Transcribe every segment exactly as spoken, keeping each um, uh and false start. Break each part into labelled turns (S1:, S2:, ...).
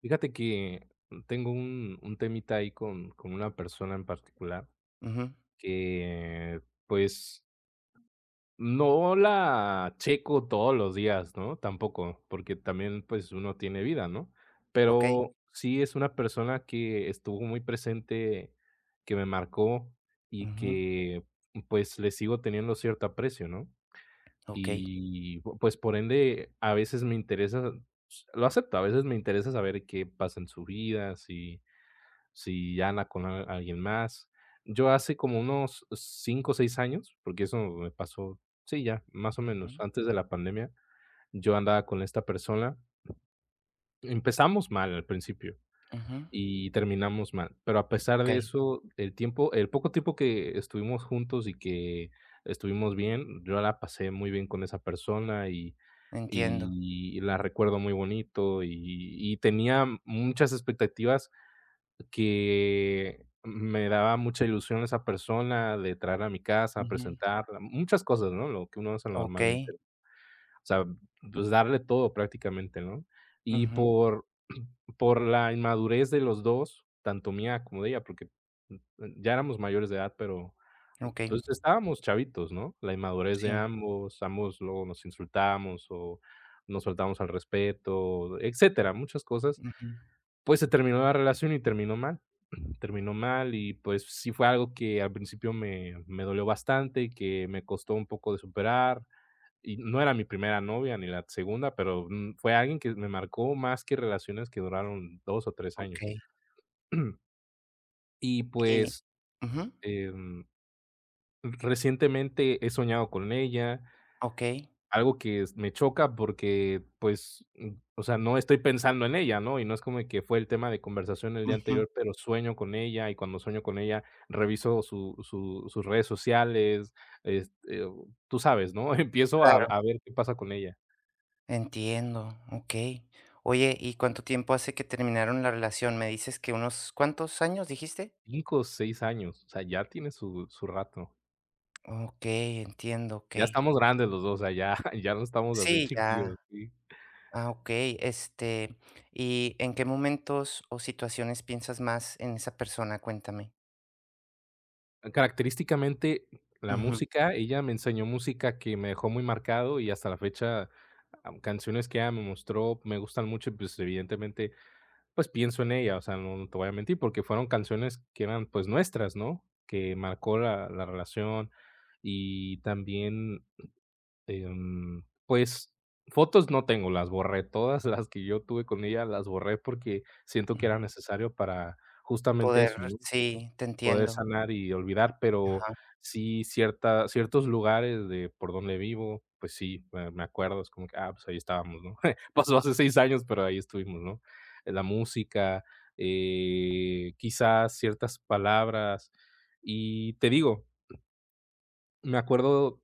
S1: Fíjate que tengo un, un temita ahí con, con una persona en particular
S2: Ujú,
S1: que, pues, no la checo todos los días, ¿no? Tampoco, porque también, pues, uno tiene vida, ¿no?
S2: okey,
S1: Pero sí es una persona que estuvo muy presente, que me marcó y
S2: ujú,
S1: que, pues, le sigo teniendo cierto aprecio, ¿no?
S2: okey,
S1: Y, pues, por ende a veces me interesa, lo acepto, a veces me interesa saber qué pasa en su vida, si si ya anda con a alguien más. Yo hace como unos cinco o seis años, porque eso me pasó, sí, ya, más o
S2: ujú,
S1: menos, antes de la pandemia, yo andaba con esta persona. Empezamos mal al principio
S2: ujú,
S1: y terminamos mal, pero a pesar de
S2: okey,
S1: eso, el tiempo el poco tiempo que estuvimos juntos y que estuvimos bien, yo la pasé muy bien con esa persona y
S2: entiendo,
S1: y la recuerdo muy bonito, y y tenía muchas expectativas, que me daba mucha ilusión esa persona de traerla a mi casa,
S2: ujú,
S1: presentarla, muchas cosas, ¿no? Lo que uno hace normalmente.
S2: okey,
S1: O sea, pues, darle todo prácticamente, ¿no? Y,
S2: ujú,
S1: por, por la inmadurez de los dos, tanto mía como de ella, porque, mm, ya éramos mayores de edad, pero, pues
S2: okey,
S1: pues, estábamos chavitos, ¿no? La inmadurez de
S2: sí,
S1: ambos, ambos luego nos insultábamos o nos faltábamos al respeto, etcétera, muchas cosas.
S2: ujú,
S1: Pues, se terminó la relación y terminó mal, terminó mal y, pues, sí fue algo que al principio me, me dolió bastante y que me costó un poco de superar. Y no era mi primera novia ni la segunda, pero, mm, fue alguien que me marcó más que relaciones que duraron dos o tres años.
S2: okey,
S1: Y,
S2: y
S1: pues,
S2: ujú,
S1: em, recientemente he soñado con ella.
S2: okey,
S1: Algo que es me choca porque, pues, mm, o sea, no estoy pensando en ella, ¿no? Y no es como que fue el tema de conversación el día
S2: ujú,
S1: anterior, pero sueño con ella, y cuando sueño con ella, reviso su su sus redes sociales, este, o tú sabes, ¿no? Empiezo a
S2: claro,
S1: a ver qué pasa con ella.
S2: entiendo, okey. Oye, ¿y cuánto tiempo hace que terminaron la relación? Me dices que unos, ¿cuántos años dijiste?
S1: cinco, seis años, o sea, ya tiene su su rato.
S2: Okey, entiendo,
S1: Ya
S2: okey.
S1: estamos grandes los dos, o sea, ya, ya no estamos así
S2: Sí,
S1: chiquillos,
S2: ya,
S1: sí.
S2: ah, okey, este, ¿y en qué momentos o situaciones piensas más en esa persona? Cuéntame.
S1: Característicamente, la
S2: Ujú.
S1: música, ella me enseñó música que me dejó muy marcado, y hasta la fecha, am, canciones que ella me mostró me gustan mucho y, pues, evidentemente, pues, pienso en ella, o sea, no no te voy a mentir, porque fueron canciones que eran, pues, nuestras, ¿no? Que marcó la la relación. Y también, em, pues, fotos no tengo, las borré, todas las que yo tuve con ella las borré, porque siento que
S2: Ujú.
S1: era necesario para justamente
S2: Poder
S1: eso, ¿no?
S2: Sí, te
S1: Poder
S2: entiendo.
S1: sanar y olvidar, pero
S2: Ajá,
S1: sí, cierta ciertos lugares de por donde vivo, pues, sí, me me acuerdo, es como que, ah, pues, ahí estábamos, ¿no? Pasó hace seis años, pero ahí estuvimos, ¿no? La música, eh, quizás ciertas palabras. Y te digo, me acuerdo,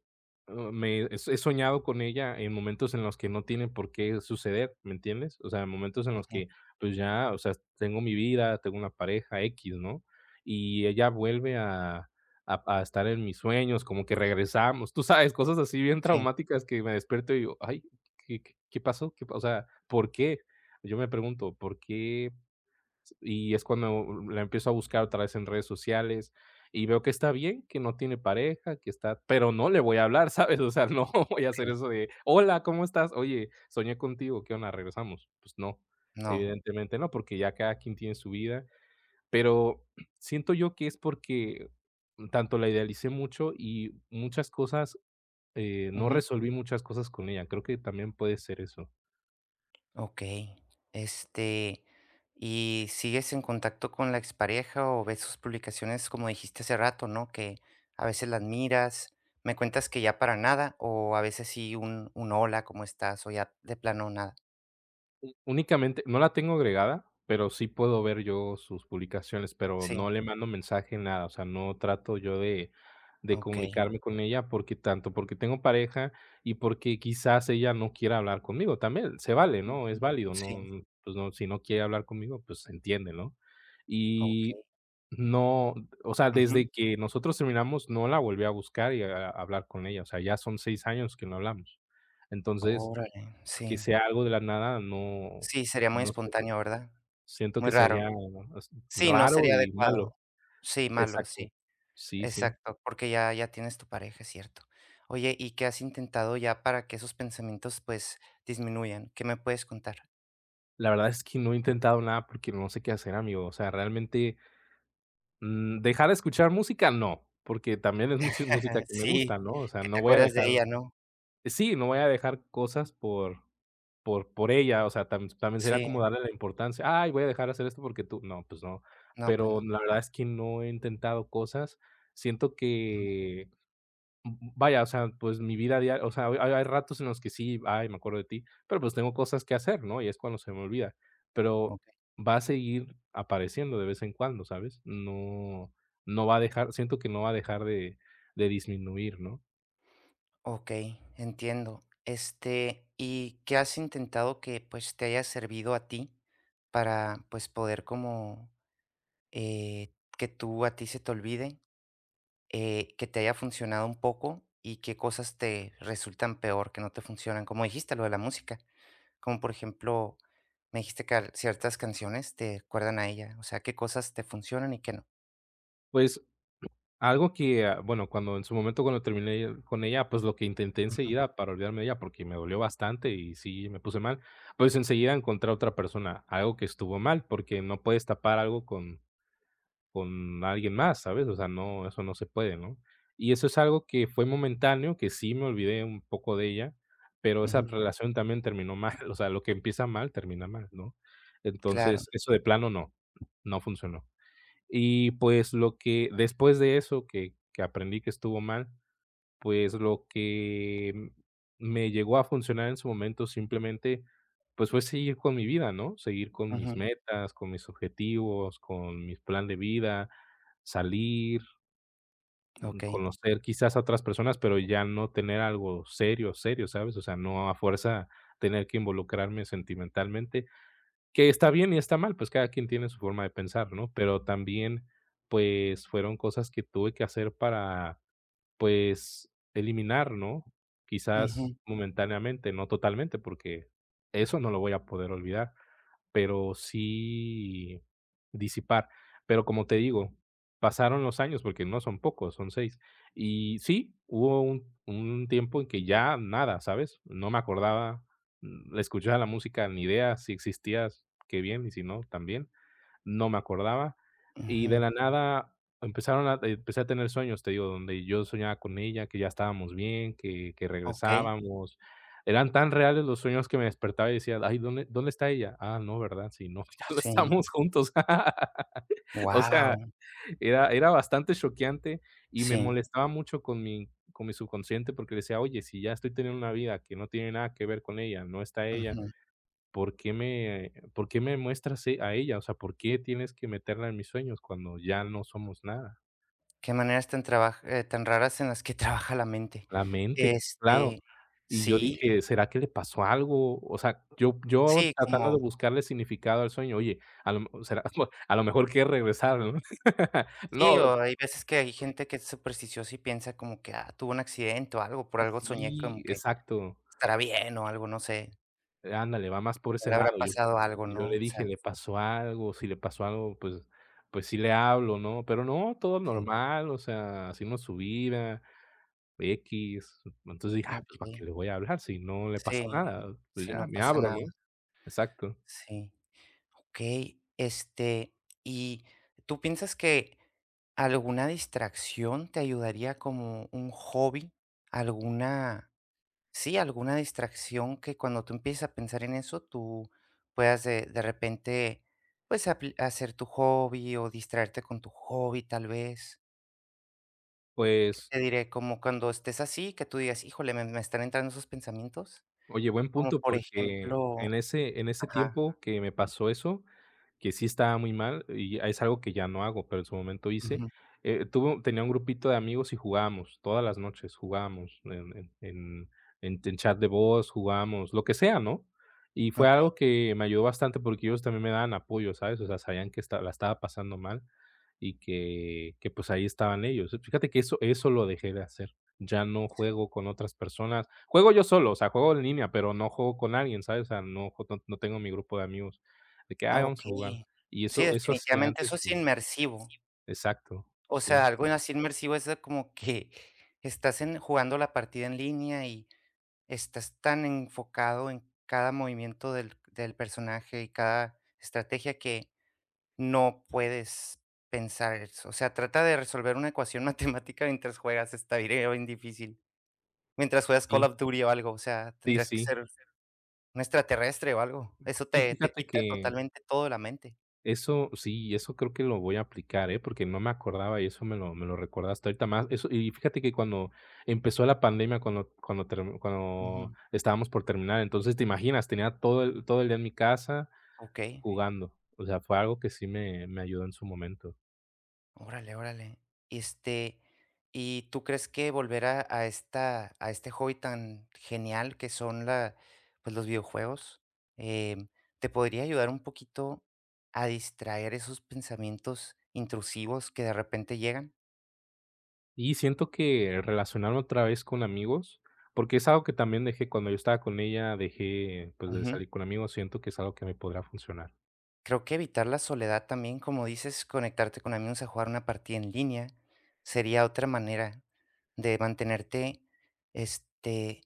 S1: o me he he soñado con ella en momentos en los que no tiene por qué suceder, ¿me entiendes? O sea, en momentos en los
S2: ujú,
S1: que, pues, ya, o sea, tengo mi vida, tengo una pareja X, ¿no? Y ella vuelve a a a estar en mis sueños, como que regresamos, tú sabes, cosas así bien
S2: sí,
S1: traumáticas, que me despierto y digo: "Ay, ¿qué qué qué pasó? ¿Qué pa o sea, ¿por qué?". Yo me pregunto, ¿por qué? Y es cuando la empiezo a buscar otra vez en redes sociales y veo que está bien, que no tiene pareja, que está, pero no le voy a hablar, ¿sabes? O sea, no, voy a hacer
S2: okey,
S1: eso de, hola, ¿cómo estás? Oye, soñé contigo, ¿qué onda? ¿Regresamos? Pues, no,
S2: no.
S1: evidentemente no, porque ya cada quien tiene su vida, pero siento yo que es porque tanto la idealicé mucho, y muchas cosas, eh, no
S2: Ujú,
S1: resolví muchas cosas con ella, creo que también puede ser eso.
S2: okey. Este, ¿y sigues en contacto con la expareja o ves sus publicaciones, como dijiste hace rato, no? Que a veces las miras, me cuentas que ya para nada, o a veces sí un un hola, ¿cómo estás? O ya de plano nada.
S1: Únicamente no la tengo agregada, pero sí puedo ver yo sus publicaciones, pero
S2: Sí,
S1: no le mando mensaje, nada, o sea, no trato yo de de
S2: okey.
S1: comunicarme con ella, porque tanto porque tengo pareja y porque quizás ella no quiera hablar conmigo, también se vale, ¿no? Es
S2: Ujú.
S1: válido, no,
S2: Sí,
S1: no, pues, no, si no quiere hablar conmigo, pues, se entiende, ¿no? Y
S2: okey.
S1: no, o sea,
S2: Ujú.
S1: desde que nosotros terminamos, no la volví a buscar y a a hablar con ella, o sea, ya son seis años que no hablamos. Entonces,
S2: Órale,
S1: que
S2: sí.
S1: sea algo de la nada, no
S2: Sí, sería muy
S1: no siento
S2: espontáneo, ¿verdad?
S1: siento
S2: Muy
S1: que
S2: raro.
S1: sería as
S2: Sí, no
S1: raro
S2: sería
S1: y
S2: adecuado.
S1: malo.
S2: Sí, malo,
S1: Exacto.
S2: sí.
S1: Sí, sí.
S2: Exacto, porque ya ya tienes tu pareja, es cierto. Oye, ¿y qué has intentado ya para que esos pensamientos, pues, disminuyan? ¿Qué me puedes contar?
S1: La verdad es que no he intentado nada, porque no sé qué hacer, amigo. O sea, realmente, mm, dejar de escuchar música, no, porque también es mucha música que me
S2: Sí,
S1: gusta, ¿no? O sea,
S2: que
S1: no
S2: te
S1: voy a
S2: acuerdas de
S1: dejar,
S2: ella, ¿no?
S1: sí, no voy a dejar cosas por por por ella, o sea, tam también sería
S2: Sí,
S1: como darle la importancia. Ay, voy a dejar de hacer esto porque tú, no, pues, no.
S2: no, pues
S1: Pero
S2: no.
S1: la verdad es que no he intentado cosas. Siento
S2: Ujú,
S1: que, M vaya, o sea, pues, mi vida diaria, o sea, hay hay ratos en los que sí, ay, me acuerdo de ti, pero, pues, tengo cosas que hacer, ¿no? Y es cuando se me olvida, pero
S2: okey.
S1: va a seguir apareciendo de vez en cuando, ¿sabes? No no va a dejar siento que no va a dejar de de disminuir, ¿no?
S2: Okey, entiendo. Este, ¿y qué has intentado que, pues, te haya servido a ti para, pues, poder como, eh, que tú a ti se te olvide? Eh, que te haya funcionado un poco y qué cosas te resultan peor, que no te funcionan, como dijiste, lo de la música, como por ejemplo, me dijiste que al- ciertas canciones te acuerdan a ella, o sea, qué cosas te funcionan y qué no.
S1: Pues, algo que, ah, bueno, cuando en su momento, cuando terminé con ella, pues, lo que intenté
S2: Ujú,
S1: enseguida para olvidarme de ella, porque me dolió bastante y sí me puse mal, pues, enseguida encontré a otra persona, algo que estuvo mal, porque no puedes tapar algo con con alguien más, ¿sabes? O sea, no, eso no se puede, ¿no? Y eso es algo que fue momentáneo, que sí me olvidé un poco de ella, pero esa
S2: ujú,
S1: Ujú. Relación también terminó mal, o sea, lo que empieza mal termina mal, ¿no?
S2: claro,
S1: Entonces, eso de plano no, no funcionó. Y, pues, lo que después de eso, que que aprendí que estuvo mal, pues, lo que me llegó a funcionar en su momento, simplemente, pues, fue seguir con mi vida, ¿no? Seguir con
S2: ujú,
S1: mis metas, con mis objetivos, con mi plan de vida, salir,
S2: ok,
S1: conocer quizás a otras personas, pero ya no tener algo serio, serio, ¿sabes? O sea, no a fuerza tener que involucrarme sentimentalmente, que está bien y está mal, pues, cada quien tiene su forma de pensar, ¿no? Pero también, pues, fueron cosas que tuve que hacer para, pues, eliminar, ¿no? Quizás
S2: ujú,
S1: momentáneamente, no totalmente, porque eso no lo voy a poder olvidar, pero sí disipar. Pero como te digo, pasaron los años, porque no son pocos, son seis. Y sí, hubo un un tiempo en que ya nada, ¿sabes? No me acordaba, mm, escuchaba la música, ni idea si existías, qué bien, y si no, también no me acordaba. Y de
S2: ujú,
S1: la nada empezaron a eh, empecé a tener sueños, te digo, donde yo soñaba con ella, que ya estábamos bien, que que
S2: ok,
S1: regresábamos. Eran tan reales los sueños que me despertaba y decía: "Ay, ¿dónde dónde está ella? Ah, no, ¿verdad? Sí, no, ya no
S2: sí,
S1: estamos juntos". O sea,
S2: wow,
S1: era era bastante choqueante, y me
S2: sí,
S1: molestaba mucho con mi con mi subconsciente, porque decía: "Oye, si ya estoy teniendo una vida que no tiene nada que ver con ella, no está ella,
S2: ujú.
S1: ¿por qué me por qué me muestras e a ella? O sea, ¿por qué tienes que meterla en mis sueños cuando ya no somos nada?".
S2: Qué maneras tan, traba- eh, tan raras en las que trabaja la mente.
S1: La mente, claro.
S2: Este,
S1: Y yo
S2: sí,
S1: dije: "¿Será que le pasó algo?". O sea, yo yo Sí,
S2: sí,
S1: tratando de
S2: como.
S1: buscarle significado al sueño. Oye, a lo mejor será, a lo mejor quiere regresar, ¿no?
S2: Sí,
S1: No,
S2: o hay veces que hay gente que es supersticiosa y piensa como que, ah, tuvo un accidente o algo, por algo soñé
S1: sí,
S2: como que
S1: exacto.
S2: estará bien o algo, no sé,
S1: Ándale, va más por
S2: no
S1: ese
S2: le habrá
S1: lado. Yo
S2: pasado algo,
S1: yo
S2: ¿no?
S1: le
S2: O
S1: dije:
S2: sea,
S1: "¿Le pasó algo?". Si le pasó algo, pues pues sí le hablo, ¿no? Pero no, todo
S2: sí,
S1: normal, o sea, hicimos su vida. X, entonces dije: "Ah, pues, ¿para
S2: okey,
S1: qué le voy a hablar si no le pasa
S2: sí,
S1: nada? Pues,
S2: sí,
S1: ya,
S2: no
S1: me
S2: pasa
S1: abro",
S2: nada,
S1: ¿no? Exacto.
S2: sí. Okey, este, ¿y tú piensas que alguna distracción te ayudaría como un hobby? ¿Alguna Sí, alguna distracción que cuando tú empieces a pensar en eso, tú puedas de, de repente, pues, apl- hacer tu hobby o distraerte con tu hobby, tal vez.
S1: Pues
S2: Te diré, como cuando estés así, que tú digas, híjole, me, me están entrando esos pensamientos.
S1: Oye, buen
S2: Como
S1: punto,
S2: por
S1: porque
S2: ejemplo,
S1: en ese en ese
S2: ajá,
S1: tiempo que me pasó eso, que sí estaba muy mal, y es algo que ya no hago, pero en su momento hice,
S2: ujú,
S1: eh, tuve tenía un grupito de amigos y jugábamos todas las noches, jugábamos en en en en en chat de voz, jugábamos lo que sea, ¿no? Y fue
S2: ok,
S1: algo que me ayudó bastante, porque ellos también me daban apoyo, ¿sabes? O sea, sabían que esta la estaba pasando mal y que que, pues, ahí estaban ellos. Fíjate que eso eso lo dejé de hacer. Ya no juego con otras personas. Juego yo solo, o sea, juego en línea, pero no juego con alguien, ¿sabes? O sea, no jue no no tengo mi grupo de amigos de que: "Ay,
S2: ah,
S1: vamos
S2: ok.
S1: a jugar". Y
S2: Sí,
S1: eso eso hacía
S2: definitivamente eso
S1: antes.
S2: es
S1: Y
S2: inmersivo.
S1: exacto,
S2: O
S1: sí,
S2: sea, algo así inmersivo es de como que estás en, jugando la partida en línea y estás tan enfocado en cada movimiento del del personaje y cada estrategia que no puedes pensar eso. O sea, trata de resolver una ecuación matemática mientras juegas, está bien bien difícil. Mientras juegas
S1: sí,
S2: Call of Duty o algo, o sea,
S1: sí,
S2: tendrías que
S1: sí.
S2: ser un extraterrestre o algo. Eso
S1: Y
S2: te te
S1: fíjate
S2: quita
S1: que
S2: totalmente todo de la mente.
S1: eso sí, eso creo que lo voy a aplicar, ¿eh? Porque no me acordaba y eso me lo me lo recordaste ahorita más. Eso, y fíjate que cuando empezó la pandemia, cuando cuando term cuando
S2: Ujú.
S1: estábamos por terminar, entonces, ¿te imaginas? Tenía todo el todo el día en mi casa,
S2: Ok.
S1: jugando. O sea, fue algo que sí me me ayudó en su momento.
S2: Órale, órale. Este, ¿y tú crees que volver a a esta a este hobby tan genial que son la pues, los videojuegos, em, te podría ayudar un poquito a distraer esos pensamientos intrusivos que de repente llegan?
S1: Y siento que relacionarme otra vez con amigos, porque es algo que también dejé cuando yo estaba con ella, dejé, pues, de salir con amigos, siento que es algo que me podrá funcionar.
S2: Creo que evitar la soledad también, como dices, conectarte con amigos a jugar una partida en línea sería otra manera de mantenerte, este,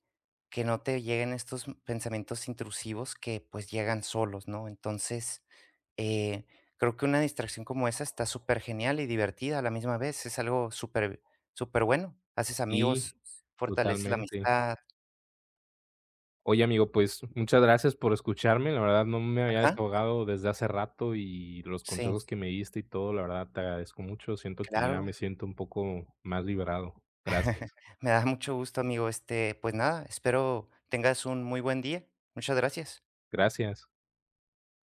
S2: que no te lleguen estos m- pensamientos intrusivos que pues llegan solos, ¿no? Entonces, eh, creo que una distracción como esa está súper genial y divertida a la misma vez, es algo súper, súper bueno. Haces amigos,
S1: Y
S2: fortaleces la
S1: totalmente.
S2: amistad.
S1: Oye, amigo, pues, muchas gracias por escucharme. La verdad no me había
S2: Ajá,
S1: desahogado desde hace rato, y los
S2: sí,
S1: consejos que me diste y todo, la verdad te agradezco mucho. Siento que ya me
S2: claro.
S1: siento un poco más liberado. Gracias.
S2: Me da mucho gusto, amigo. Este, pues nada, espero tengas un muy buen día. Muchas gracias.
S1: Gracias.